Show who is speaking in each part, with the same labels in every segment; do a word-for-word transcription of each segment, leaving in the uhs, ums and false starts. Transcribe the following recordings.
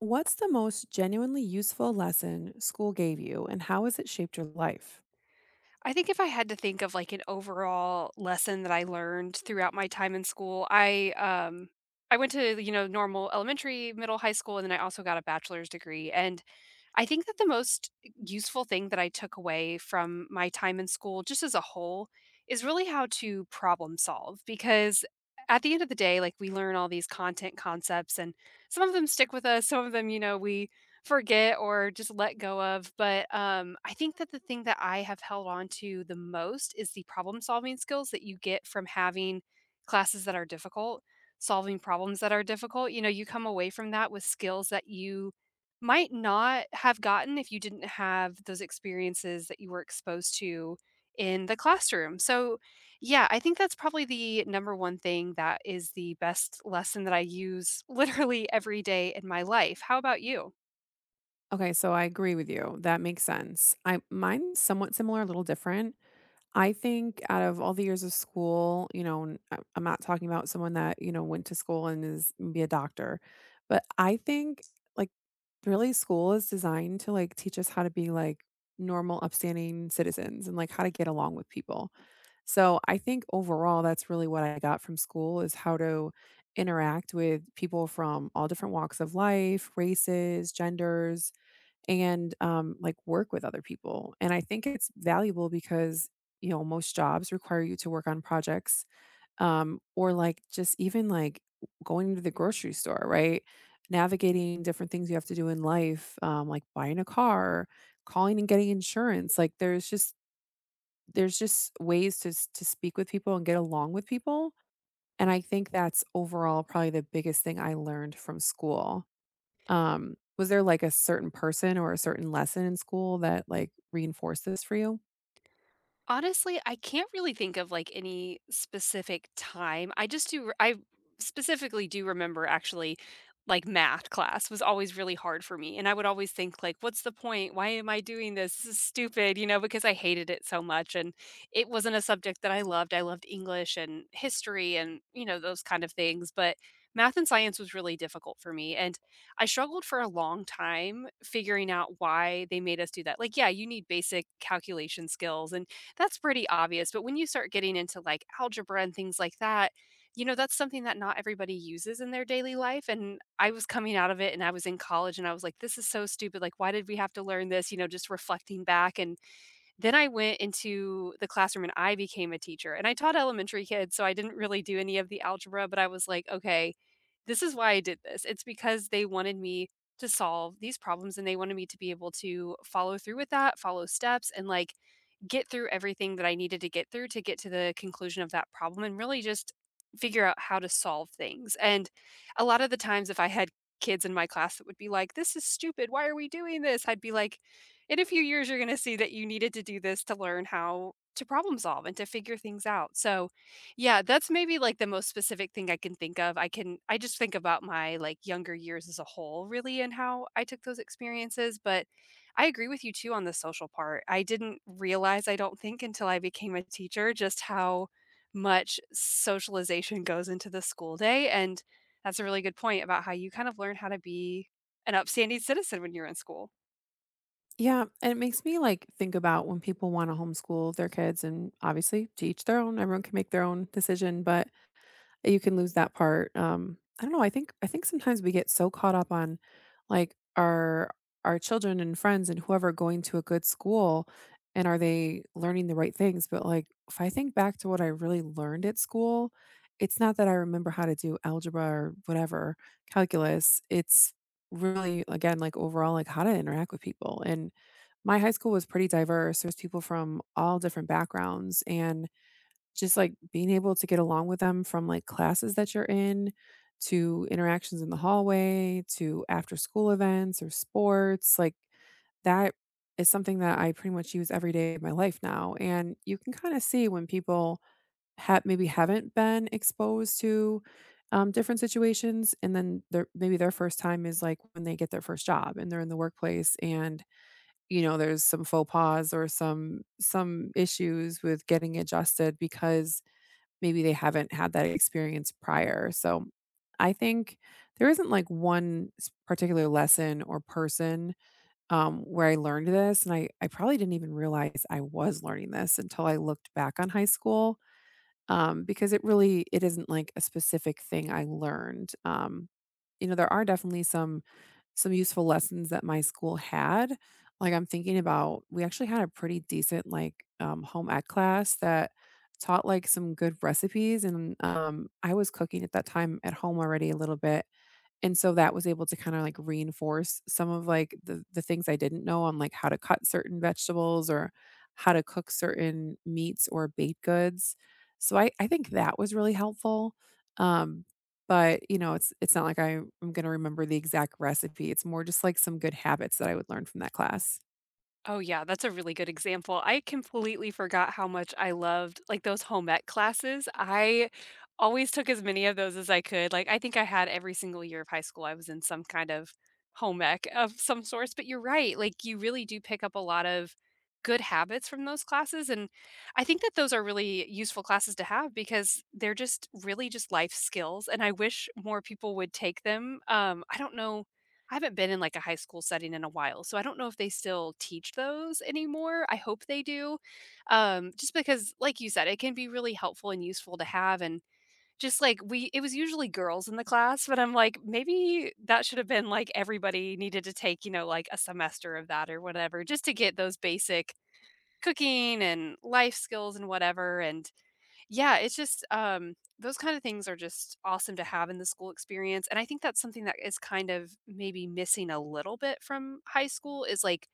Speaker 1: What's the most genuinely useful lesson school gave you and how has it shaped your life?
Speaker 2: I think if I had to think of like an overall lesson that I learned throughout my time in school, I um I went to, you know, normal elementary, middle, high school, and then I also got a bachelor's degree. And I think that the most useful thing that I took away from my time in school, just as a whole, is really how to problem solve. Because at the end of the day, like we learn all these content concepts, and some of them stick with us, some of them, you know, we forget or just let go of. But um, I think that the thing that I have held on to the most is the problem solving skills that you get from having classes that are difficult, solving problems that are difficult. You know, you come away from that with skills that you might not have gotten if you didn't have those experiences that you were exposed to in the classroom. So, yeah, I think that's probably the number one thing that is the best lesson that I use literally every day in my life. How about you?
Speaker 1: Okay, so I agree with you. That makes sense. I mine's somewhat similar, a little different. I think out of all the years of school, you know, and I- I'm not talking about someone that, you know, went to school and is be a doctor, but I think like really school is designed to like teach us how to be like normal upstanding citizens and like how to get along with people. So I think overall, that's really what I got from school is how to interact with people from all different walks of life, races, genders, and um, like work with other people. And I think it's valuable because you know most jobs require you to work on projects, um, or like just even like going to the grocery store, right? Navigating different things you have to do in life, um, like buying a car, calling and getting insurance. Like there's just there's just ways to s to speak with people and get along with people, and I think that's overall probably the biggest thing I learned from school. Um, was there, like, a certain person or a certain lesson in school that, like, reinforced this for you?
Speaker 2: Honestly, I can't really think of, like, any specific time. I just do I specifically do remember actually, like, math class was always really hard for me, and I would always think, like, "What's the point? Why am I doing this? This is stupid," you know, because I hated it so much, and it wasn't a subject that I loved. I loved English and history and, you know, those kind of things, but math and science was really difficult for me, and I struggled for a long time figuring out why they made us do that. Like, yeah, you need basic calculation skills, and that's pretty obvious, but when you start getting into, like, algebra and things like that, you know, that's something that not everybody uses in their daily life, and I was coming out of it, and I was in college, and I was like, "This is so stupid, like, why did we have to learn this?" You know, just reflecting back, and then I went into the classroom, and I became a teacher, and I taught elementary kids, so I didn't really do any of the algebra, but I was like, "Okay, this is why I did this. It's because they wanted me to solve these problems, and they wanted me to be able to follow through with that, follow steps, and, like, get through everything that I needed to get through to get to the conclusion of that problem and really just figure out how to solve things. And a lot of the times, if I had kids in my class that would be like, This is stupid. Why are we doing this? I'd be like, In a few years, you're going to see that you needed to do this to learn how to problem solve and to figure things out. So, yeah, that's maybe like the most specific thing I can think of. I can, I just think about my like younger years as a whole, really, and how I took those experiences. But I agree with you too on the social part. I didn't realize, I don't think, until I became a teacher, just how much socialization goes into the school day. And that's a really good point about how you kind of learn how to be an upstanding citizen when you're in school.
Speaker 1: Yeah, and it makes me, like, think about when people wanna homeschool their kids, and obviously to each their own, everyone can make their own decision, but you can lose that part. Um, I don't know, I think I think sometimes we get so caught up on, like, our our children and friends and whoever going to a good school, and are they learning the right things, but, like, if I think back to what I really learned at school, it's not that I remember how to do algebra or whatever, calculus, it's really, again, like, overall, like, how to interact with people, and my high school was pretty diverse, there's people from all different backgrounds, and just, like, being able to get along with them from, like, classes that you're in, to interactions in the hallway, to after school events or sports, like, that is something that I pretty much use every day of my life now, and you can kinda see when people have maybe haven't been exposed to, um, different situations, and then their maybe their first time is, like, when they get their first job and they're in the workplace and, you know, there's some faux pas or some some issues with getting adjusted because maybe they haven't had that experience prior, so I think there isn't, like, one s particular lesson or person, um, where I learned this, and I I probably didn't even realize I was learning this until I looked back on high school. Um, because it really it isn't like a specific thing I learned. Um, you know, there are definitely some some useful lessons that my school had. Like I'm thinking about we actually had a pretty decent like um, home ec class that taught like some good recipes, and um, I was cooking at that time at home already a little bit, and so that was able to kinda, like, reinforce some of, like, the the things I didn't know on, like, how to cut certain vegetables or how to cook certain meats or baked goods. So I I think that was really helpful, um, but, you know, it's it's not like I'm gonna remember the exact recipe, it's more just, like, some good habits that I would learn from that class.
Speaker 2: Oh, yeah, that's a really good example. I completely forgot how much I loved, like, those home ec classes. I always took as many of those as I could. Like, I think I had every single year of high school, I was in some kind of home ec of some sort. But you're right, like, you really do pick up a lot of good habits from those classes, and I think that those are really useful classes to have because they're just really just life skills, and I wish more people would take them. Um, I don't know I haven't been in like a high school setting in a while, so I don't know if they still teach those anymore. I hope they do. Um, just because, like you said, it can be really helpful and useful to have. And just like we, it was usually girls in the class, but I'm like, maybe that should have been like everybody needed to take, you know, like a semester of that or whatever, just to get those basic cooking and life skills and whatever. And yeah, it's just um those kind of things are just awesome to have in the school experience. And I think that's something that is kind of maybe missing a little bit from high school is like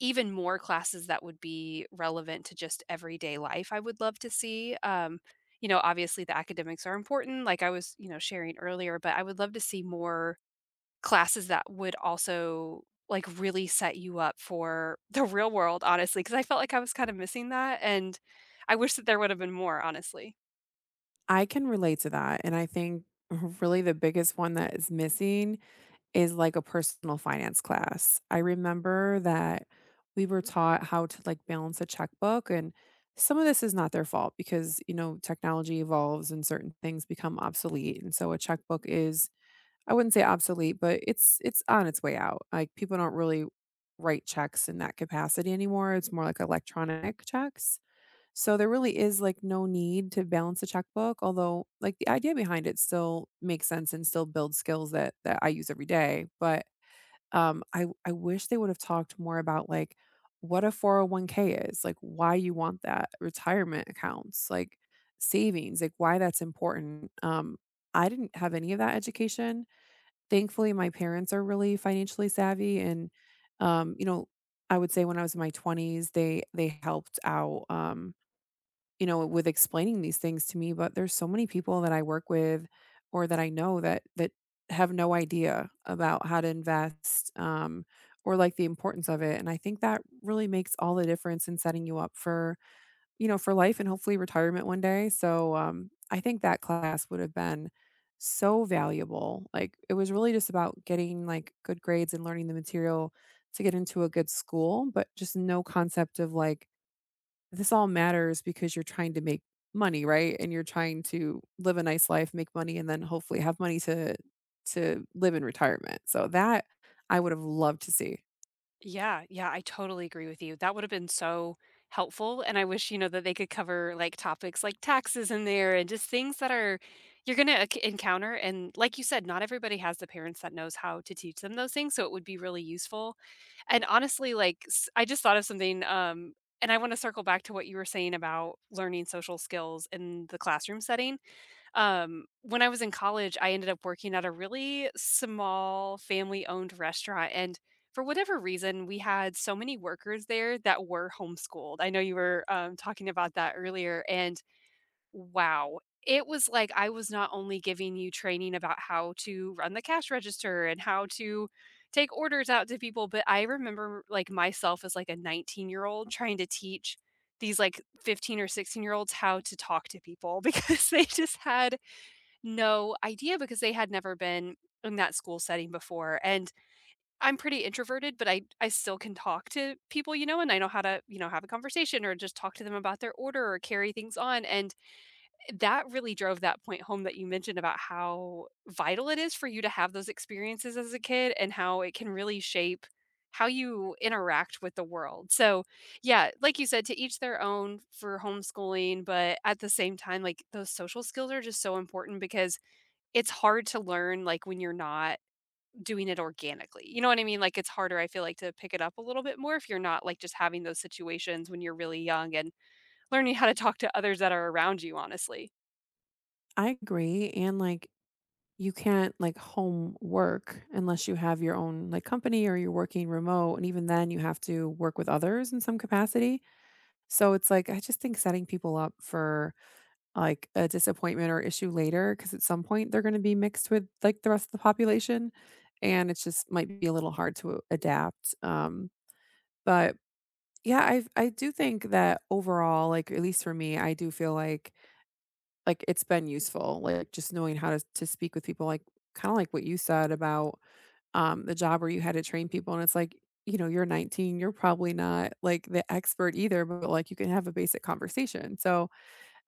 Speaker 2: even more classes that would be relevant to just everyday life. I would love to see um you know, obviously the academics are important like I was, you know, sharing earlier, but I would love to see more classes that would also like really set you up for the real world honestly because I felt like I was kind of missing that and I wish that there would have been more honestly.
Speaker 1: I can relate to that, and I think really the biggest one that is missing is like a personal finance class. I remember that we were taught how to, like, balance a checkbook, and some of this is not their fault because, you know, technology evolves and certain things become obsolete, and so a checkbook is I wouldn't say obsolete, but it's it's on its way out. Like, people don't really write checks in that capacity anymore, it's more like electronic checks. So there really is like no need to balance a checkbook, although like the idea behind it still makes sense and still builds skills that that I use every day. But um I I wish they would have talked more about like what a four oh one k is, like why you want that, retirement accounts, like savings, like why that's important. Um I didn't have any of that education. Thankfully my parents are really financially savvy, and um you know I would say when I was in my twenties they they helped out um you know, with explaining these things to me, but there's so many people that I work with or that I know that that have no idea about how to invest um or like the importance of it. And I think that really makes all the difference in setting you up for, you know, for life and hopefully retirement one day. So um I think that class would have been so valuable. Like it was really just about getting like good grades and learning the material to get into a good school, but just no concept of like this all matters because you're trying to make money, right? And you're trying to live a nice life, make money, and then hopefully have money to to live in retirement. So that I would have loved to see.
Speaker 2: Yeah, yeah, I totally agree with you. That would have been so helpful, and I wish, you know, that they could cover, like, topics like taxes in there and just things that are you're gonna encounter, and like you said, not everybody has the parents that knows how to teach them those things, so it would be really useful, and honestly, like, s I just thought of something, um, and I wanna circle back to what you were saying about learning social skills in the classroom setting. Um, when I was in college, I ended up working at a really small family-owned restaurant, and for whatever reason, we had so many workers there that were homeschooled. I know you were, um, talking about that earlier, and wow, it was like I was not only giving you training about how to run the cash register and how to take orders out to people, but I remember, like, myself as, like, a nineteen-year-old trying to teach these, like, fifteen or sixteen-year-olds how to talk to people because they just had no idea because they had never been in that school setting before, and I'm pretty introverted, but I I still can talk to people, you know, and I know how to, you know, have a conversation or just talk to them about their order or carry things on, and that really drove that point home that you mentioned about how vital it is for you to have those experiences as a kid and how it can really shape how you interact with the world. So, yeah, like you said, to each their own for homeschooling, but at the same time, like those social skills are just so important because it's hard to learn, like, when you're not doing it organically, you know what I mean? Like, it's harder, I feel like, to pick it up a little bit more if you're not, like, just having those situations when you're really young and learning how to talk to others that are around you, honestly.
Speaker 1: I agree. And like you can't like home work unless you have your own like company or you're working remote. And even then you have to work with others in some capacity. So it's like I just think setting people up for like, a disappointment or issue later, because at some point, they're gonna be mixed with, like, the rest of the population, and it's just might be a little hard to adapt, um, but, yeah, i I do think that overall, like, at least for me, I do feel like like, it's been useful, like, just knowing how to to speak with people, like, kinda like what you said about, um, the job where you had to train people, and it's like, you know, you're nineteen, you're probably not, like, the expert either, but, like, you can have a basic conversation, so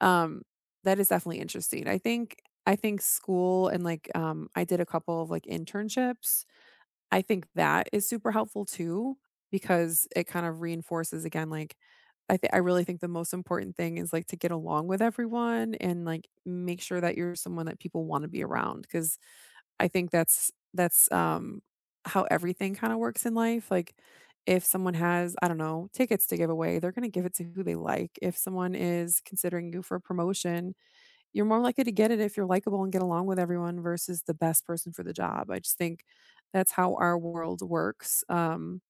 Speaker 1: um, that is definitely interesting. I think I think school and, like, um, I did a couple of, like, internships. I think that is super helpful too because it kind of reinforces again, like, I thi I really think the most important thing is, like, to get along with everyone and, like, make sure that you're someone that people wanna be around because I think that's that's, um, how everything kinda works in life. Like, if someone has, I don't know, tickets to give away, they're gonna give it to who they like. If someone is considering you for a promotion, you're more likely to get it if you're likable and get along with everyone versus the best person for the job. I just think that's how our world works. Um,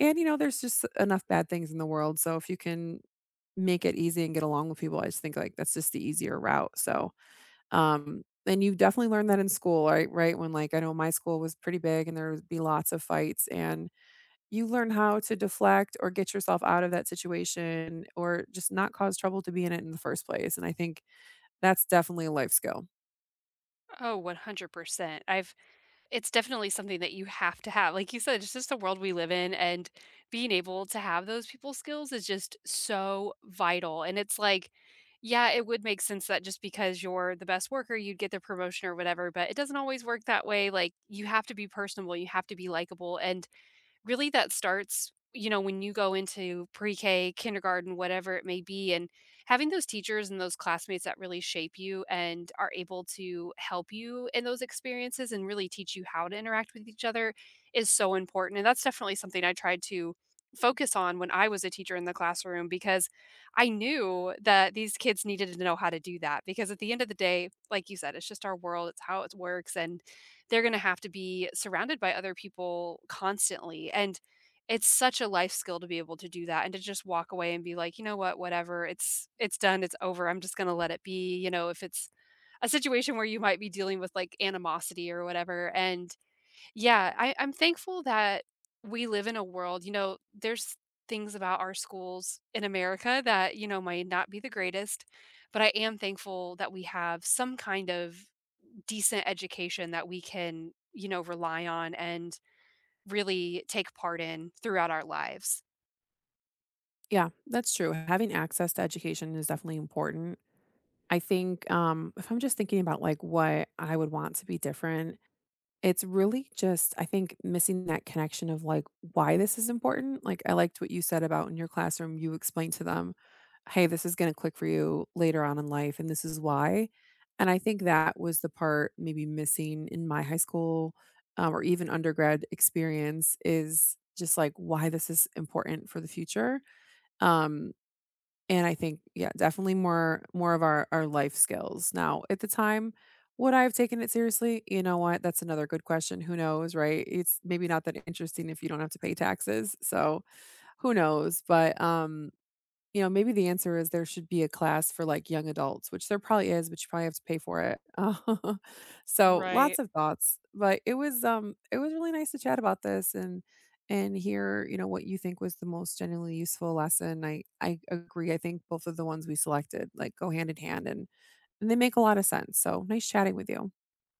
Speaker 1: and, you know, there's just enough bad things in the world. So if you can make it easy and get along with people, I just think like that's just the easier route. So, um, and you definitely learn that in school, right? Right. When like I know my school was pretty big and there would be lots of fights, and you learn how to deflect or get yourself out of that situation or just not cause trouble to be in it in the first place. And I think that's definitely a life skill.
Speaker 2: Oh, one hundred percent. I've It's definitely something that you have to have. Like you said, it's just the world we live in, and being able to have those people skills is just so vital. And it's like, yeah, it would make sense that just because you're the best worker, you'd get the promotion or whatever, but it doesn't always work that way. Like, you have to be personable, you have to be likable. And really that starts, you know, when you go into pre-k, kindergarten, whatever it may be, and having those teachers and those classmates that really shape you and are able to help you in those experiences and really teach you how to interact with each other is so important, and that's definitely something I tried to focus on when I was a teacher in the classroom because I knew that these kids needed to know how to do that because at the end of the day, like you said, it's just our world, it's how it works, and they're going to have to be surrounded by other people constantly. And it's such a life skill to be able to do that and to just walk away and be like, you know what, whatever, it's it's done, it's over. I'm just going to let it be, you know, if it's a situation where you might be dealing with like animosity or whatever. And yeah, I, I'm thankful that we live in a world, you know, there's things about our schools in America that, you know, might not be the greatest, but I am thankful that we have some kind of decent education that we can, you know, rely on and really take part in throughout our lives.
Speaker 1: Yeah, that's true. Having access to education is definitely important. I think um, if I'm just thinking about like what I would want to be different, it's really just I think missing that connection of like why this is important. Like I liked what you said about in your classroom, you explained to them, "Hey, this is going to click for you later on in life, and this is why." And I think that was the part maybe missing in my high school, um, or even undergrad experience is just like why this is important for the future. Um, and I think, yeah, definitely more more of our our life skills. Now, at the time, would I have taken it seriously? You know what? That's another good question. Who knows, right? It's maybe not that interesting if you don't have to pay taxes. So, who knows? But um you know, maybe the answer is there should be a class for, like, young adults, which there probably is, but you probably have to pay for it. So,
Speaker 2: Right.
Speaker 1: lots of thoughts, but it was, um, it was really nice to chat about this and and hear, you know, what you think was the most genuinely useful lesson. I I agree. I think both of the ones we selected, like, go hand in hand, and and they make a lot of sense. So, nice chatting with you.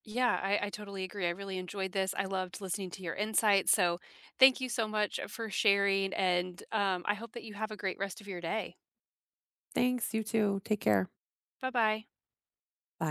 Speaker 2: Yeah, I, I totally agree. I really enjoyed this. I loved listening to your insights. So thank you so much uh, for sharing. And um, I hope that you have a great rest of your day.
Speaker 1: Thanks. You too. Take care.
Speaker 2: Bye bye.
Speaker 1: Bye.